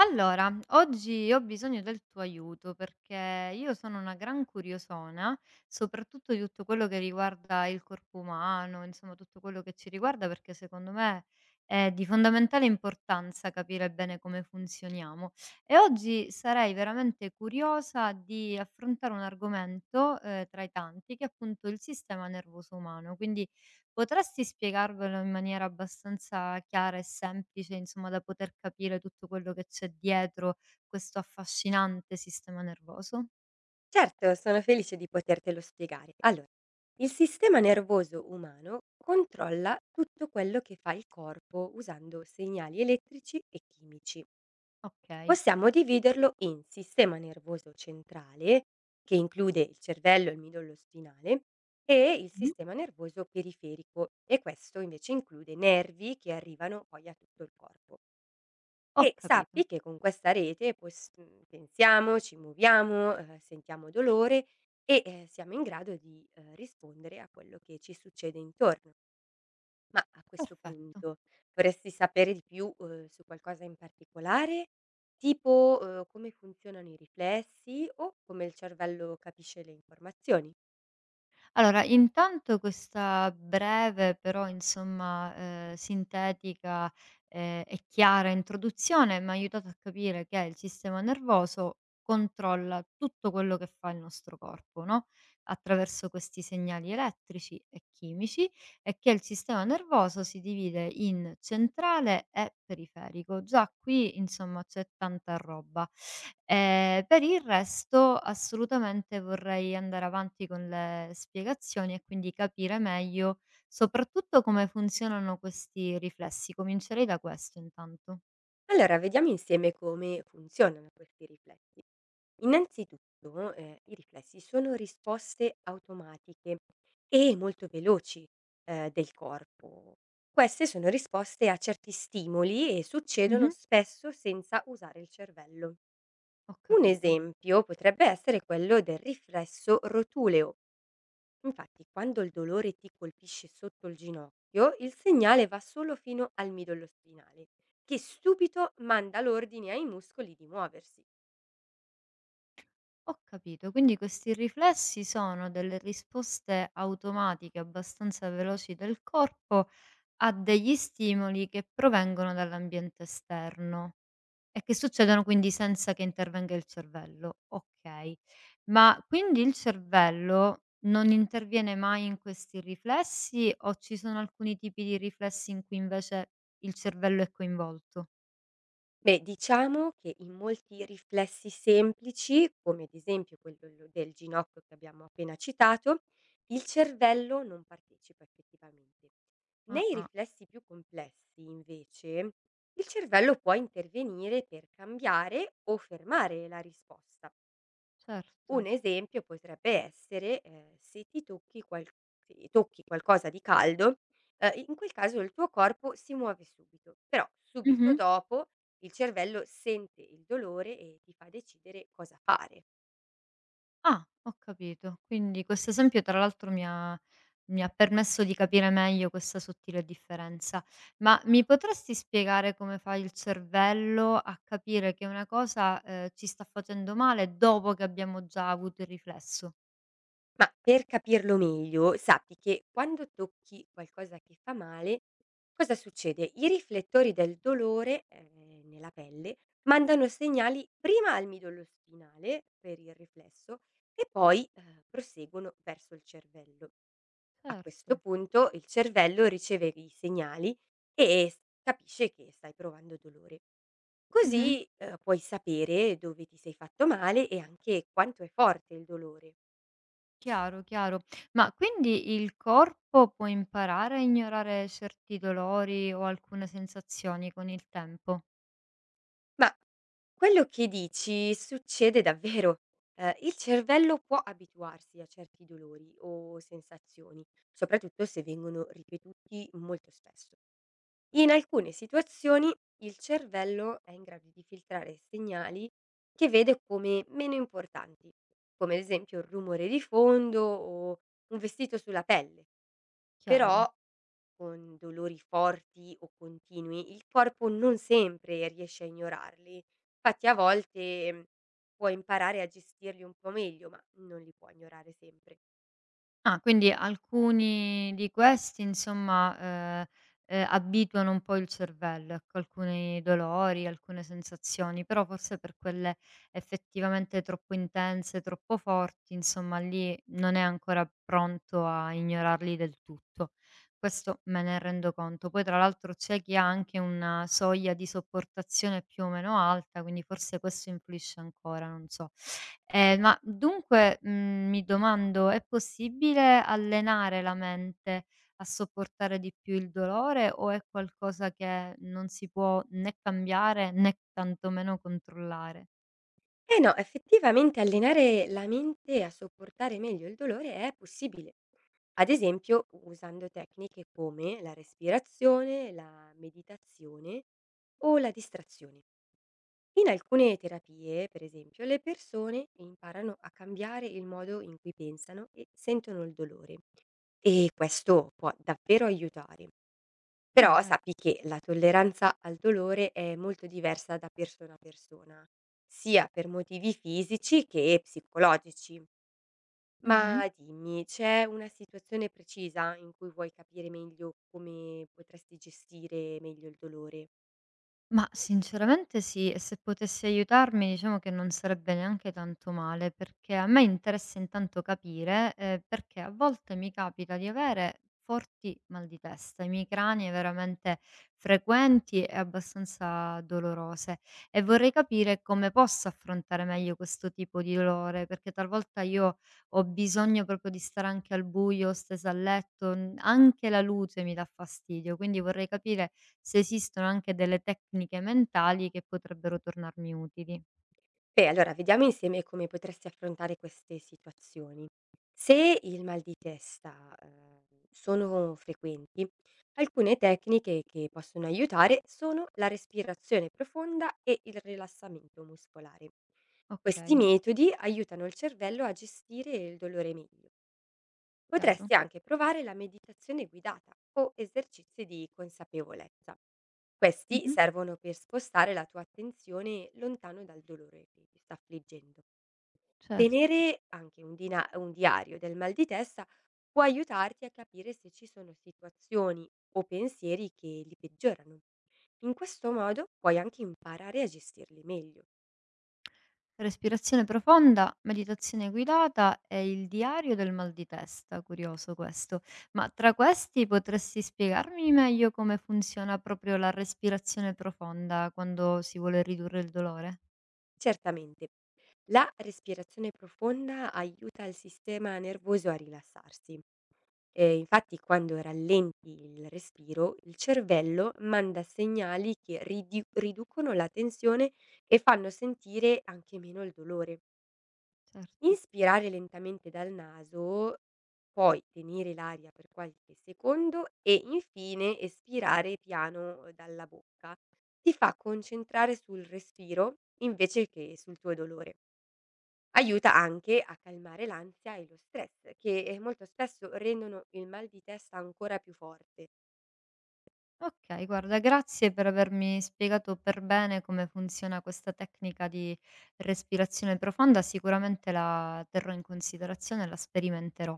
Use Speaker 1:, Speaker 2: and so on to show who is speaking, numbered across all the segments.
Speaker 1: Allora, oggi ho bisogno del tuo aiuto perché io sono una gran curiosona, soprattutto di tutto quello che riguarda il corpo umano, insomma tutto quello che ci riguarda, perché secondo me è di fondamentale importanza capire bene come funzioniamo. E oggi sarei veramente curiosa di affrontare un argomento, tra i tanti, che è appunto il sistema nervoso umano. Quindi potresti spiegarvelo in maniera abbastanza chiara e semplice, insomma, da poter capire tutto quello che c'è dietro questo affascinante sistema nervoso?
Speaker 2: Certo, sono felice di potertelo spiegare. Allora, il sistema nervoso umano controlla tutto quello che fa il corpo usando segnali elettrici e chimici.
Speaker 1: Okay.
Speaker 2: Possiamo dividerlo in sistema nervoso centrale, che include il cervello e il midollo spinale, e il
Speaker 1: Mh-mh.
Speaker 2: sistema nervoso periferico, e questo invece include nervi che arrivano poi a tutto il corpo.
Speaker 1: Ho
Speaker 2: E sappi
Speaker 1: capito,
Speaker 2: che con questa rete poi pensiamo, ci muoviamo, sentiamo dolore e, siamo in grado di, rispondere a quello che ci succede intorno. Ma a questo
Speaker 1: perfetto.
Speaker 2: punto vorresti sapere di più, su qualcosa in particolare? Tipo, come funzionano i riflessi o come il cervello capisce le informazioni?
Speaker 1: Allora, intanto questa breve, però insomma, sintetica, e chiara introduzione m'ha aiutato a capire che il sistema nervoso controlla tutto quello che fa il nostro corpo, no, attraverso questi segnali elettrici e chimici, e che il sistema nervoso si divide in centrale e periferico. Già qui, insomma, c'è tanta roba. Per il resto assolutamente vorrei andare avanti con le spiegazioni e quindi capire meglio, soprattutto come funzionano questi riflessi. Comincerei da questo intanto.
Speaker 2: Allora vediamo insieme come funzionano questi riflessi. Innanzitutto, i riflessi sono risposte automatiche e molto veloci, del corpo. Queste sono risposte a certi stimoli e succedono
Speaker 1: Mh-mh.
Speaker 2: spesso senza usare il cervello.
Speaker 1: Ho
Speaker 2: Un
Speaker 1: capito,
Speaker 2: esempio potrebbe essere quello del riflesso rotuleo. Infatti, quando il dolore ti colpisce sotto il ginocchio, il segnale va solo fino al midollo spinale, che subito manda l'ordine ai muscoli di muoversi.
Speaker 1: ho capito. Quindi questi riflessi sono delle risposte automatiche abbastanza veloci del corpo a degli stimoli che provengono dall'ambiente esterno e che succedono quindi senza che intervenga il cervello. Okay. Ma quindi il cervello non interviene mai in questi riflessi o ci sono alcuni tipi di riflessi in cui invece il cervello è coinvolto?
Speaker 2: Beh, diciamo che in molti riflessi semplici, come ad esempio quello lo del ginocchio che abbiamo appena citato, il cervello non partecipa effettivamente.
Speaker 1: Ah,
Speaker 2: Nei
Speaker 1: ah,
Speaker 2: riflessi più complessi, invece, il cervello può intervenire per cambiare o fermare la risposta. Un
Speaker 1: certo.
Speaker 2: esempio potrebbe essere, se tocchi qualcosa di caldo, in quel caso il tuo corpo si muove subito, però subito
Speaker 1: Mh-mh.
Speaker 2: dopo il cervello sente il dolore e ti fa decidere cosa fare.
Speaker 1: Ah, ho capito. Quindi questo esempio tra l'altro mi ha permesso di capire meglio questa sottile differenza. Ma mi potresti spiegare come fa il cervello a capire che una cosa, ci sta facendo male dopo che abbiamo già avuto il riflesso?
Speaker 2: Ma per capirlo meglio, sappi che quando tocchi qualcosa che fa male, cosa succede? I riflettori del dolore, nella pelle, mandano segnali prima al midollo spinale per il riflesso e poi, proseguono verso il cervello. A
Speaker 1: Certo.
Speaker 2: questo punto il cervello riceve i segnali e s capisce che stai provando dolore.
Speaker 1: Mh-mh.
Speaker 2: Così, puoi sapere dove ti sei fatto male e anche quanto è forte il dolore.
Speaker 1: Chiaro, chiaro. Ma quindi il corpo può imparare a ignorare certi dolori o alcune sensazioni con il tempo?
Speaker 2: Ma quello che dici succede davvero. Il cervello può abituarsi a certi dolori o sensazioni, soprattutto se vengono ripetuti molto spesso. In alcune situazioni il cervello è in grado di filtrare segnali che vede come meno importanti, come ad esempio il rumore di fondo o un vestito sulla pelle,
Speaker 1: Chiaro.
Speaker 2: però con dolori forti o continui, il corpo non sempre riesce a ignorarli. Infatti a volte, puoi imparare a gestirli un po' meglio, ma non li puoi ignorare sempre.
Speaker 1: Ah, quindi alcuni di questi insomma, ehm, abituano un po' il cervello, ecco, alcuni dolori, alcune sensazioni, però forse per quelle effettivamente troppo intense, troppo forti, insomma lì non è ancora pronto a ignorarli del tutto. Questo me ne rendo conto. Poi tra l'altro c'è chi ha anche una soglia di sopportazione più o meno alta, quindi forse questo influisce ancora, non so. Ma dunque, mi domando, è possibile allenare la mente a sopportare di più il dolore o è qualcosa che non si può né cambiare né tantomeno controllare?
Speaker 2: Eh no, effettivamente allenare la mente a sopportare meglio il dolore è possibile. Ad esempio usando tecniche come la respirazione, la meditazione o la distrazione. In alcune terapie, per esempio, le persone imparano a cambiare il modo in cui pensano e sentono il dolore e questo può davvero aiutare.
Speaker 1: Ah,
Speaker 2: Però
Speaker 1: vedi.
Speaker 2: sappi che la tolleranza al dolore è molto diversa da persona a persona, sia per motivi fisici che psicologici.
Speaker 1: Mh-mh.
Speaker 2: Ma dimmi, c'è una situazione precisa in cui vuoi capire meglio come potresti gestire meglio il dolore?
Speaker 1: Ma sinceramente sì, e se potessi aiutarmi diciamo che non sarebbe neanche tanto male, perché a me interessa intanto capire, perché a volte mi capita di avere forti mal di testa, i emicranie veramente frequenti e abbastanza dolorose e vorrei capire come posso affrontare meglio questo tipo di dolore, perché talvolta io ho bisogno proprio di stare anche al buio, stesa a letto, n anche la luce mi dà fastidio, quindi vorrei capire se esistono anche delle tecniche mentali che potrebbero tornarmi utili.
Speaker 2: Beh, allora vediamo insieme come potresti affrontare queste situazioni. Se il mal di testa, sono frequenti, alcune tecniche che possono aiutare sono la respirazione profonda e il rilassamento muscolare. Questi
Speaker 1: Okay,
Speaker 2: metodi aiutano il cervello a gestire il dolore meglio.
Speaker 1: chiaro.
Speaker 2: Potresti anche provare la meditazione guidata o esercizi di consapevolezza. Questi
Speaker 1: Mh-mh,
Speaker 2: servono per spostare la tua attenzione lontano dal dolore che ti sta affliggendo.
Speaker 1: certo.
Speaker 2: Tenere anche un diario del mal di testa può aiutarti a capire se ci sono situazioni o pensieri che li peggiorano. In questo modo puoi anche imparare a gestirli meglio.
Speaker 1: Respirazione profonda, meditazione guidata e il diario del mal di testa, curioso questo. Ma tra questi potresti spiegarmi meglio come funziona proprio la respirazione profonda quando si vuole ridurre il dolore?
Speaker 2: Certamente, la respirazione profonda aiuta il sistema nervoso a rilassarsi. Infatti quando rallenti il respiro, il cervello manda segnali che ridiu riducono la tensione e fanno sentire anche meno il dolore.
Speaker 1: Certo.
Speaker 2: Inspirare lentamente dal naso, poi tenere l'aria per qualche secondo e infine espirare piano dalla bocca. Ti fa concentrare sul respiro invece che sul tuo dolore. Aiuta anche a calmare l'ansia e lo stress, che molto spesso rendono il mal di testa ancora più forte.
Speaker 1: Okay, guarda grazie per avermi spiegato per bene come funziona questa tecnica di respirazione profonda, sicuramente la terrò in considerazione e la sperimenterò.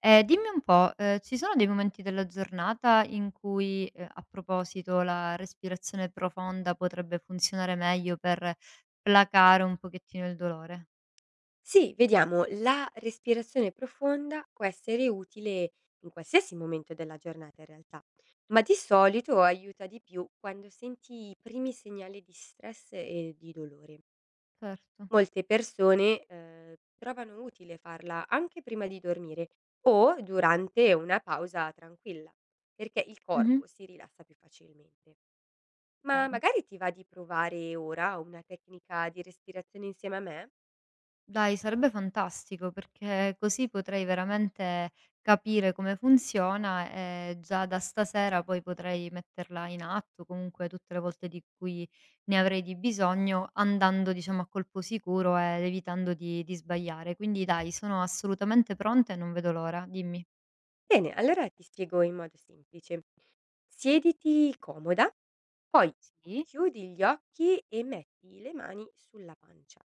Speaker 1: Dimmi un po', ci sono dei momenti della giornata in cui, a proposito la respirazione profonda potrebbe funzionare meglio per placare un pochettino il dolore?
Speaker 2: Sì, vediamo, la respirazione profonda può essere utile in qualsiasi momento della giornata in realtà, ma di solito aiuta di più quando senti i primi segnali di stress e di dolore.
Speaker 1: Certo.
Speaker 2: Molte persone trovano utile farla anche prima di dormire o durante una pausa tranquilla, perché il
Speaker 1: Mh-mh,
Speaker 2: corpo si rilassa più facilmente. Ma
Speaker 1: chiaro.
Speaker 2: magari ti va di provare ora una tecnica di respirazione insieme a me?
Speaker 1: Dai, sarebbe fantastico perché così potrei veramente capire come funziona e già da stasera poi potrei metterla in atto comunque tutte le volte di cui ne avrei di bisogno, andando diciamo a colpo sicuro ed evitando di sbagliare. Quindi dai, sono assolutamente pronta e non vedo l'ora. Dimmi.
Speaker 2: Bene, allora ti spiego in modo semplice. Siediti comoda, poi
Speaker 1: Sì,
Speaker 2: chiudi gli occhi e metti le mani sulla pancia.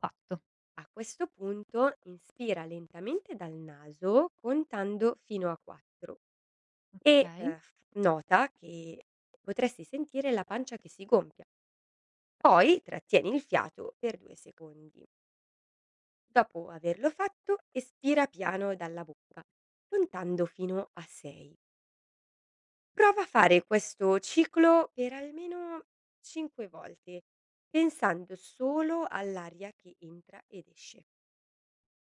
Speaker 1: fatto.
Speaker 2: A questo punto inspira lentamente dal naso contando fino a 4
Speaker 1: Ok.
Speaker 2: e nota che potresti sentire la pancia che si gonfia. Poi trattieni il fiato per 2 secondi. Dopo averlo fatto, espira piano dalla bocca, contando fino a 6. Prova a fare questo ciclo per almeno 5 volte, pensando solo all'aria che entra ed esce.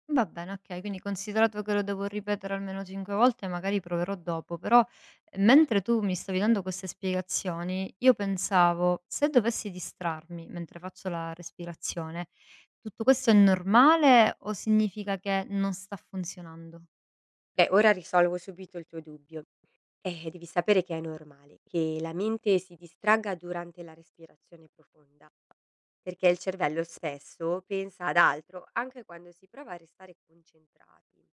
Speaker 1: Va bene, okay, quindi considerato che lo devo ripetere almeno 5 volte, magari proverò dopo, però mentre tu mi stavi dando queste spiegazioni, io pensavo: se dovessi distrarmi mentre faccio la respirazione, tutto questo è normale o significa che non sta funzionando?
Speaker 2: Beh, ora risolvo subito il tuo dubbio. Devi sapere che è normale che la mente si distragga durante la respirazione profonda, perché il cervello spesso pensa ad altro anche quando si prova a restare concentrati.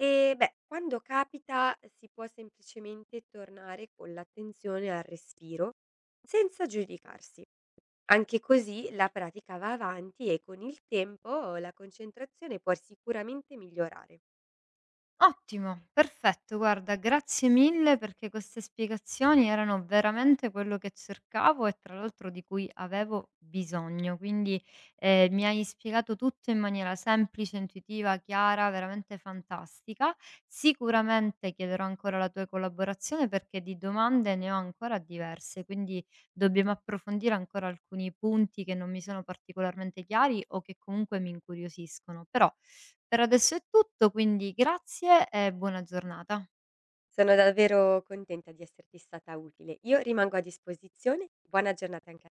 Speaker 2: E beh, quando capita si può semplicemente tornare con l'attenzione al respiro senza giudicarsi. Anche così la pratica va avanti e con il tempo la concentrazione può sicuramente migliorare.
Speaker 1: Ottimo, perfetto. Guarda, grazie mille perché queste spiegazioni erano veramente quello che cercavo e tra l'altro di cui avevo bisogno. Quindi mi hai spiegato tutto in maniera semplice, intuitiva, chiara, veramente fantastica. Sicuramente chiederò ancora la tua collaborazione perché di domande ne ho ancora diverse, quindi dobbiamo approfondire ancora alcuni punti che non mi sono particolarmente chiari o che comunque mi incuriosiscono. Però per adesso è tutto, quindi grazie e buona giornata.
Speaker 2: Sono davvero contenta di esserti stata utile. Io rimango a disposizione. Buona giornata anche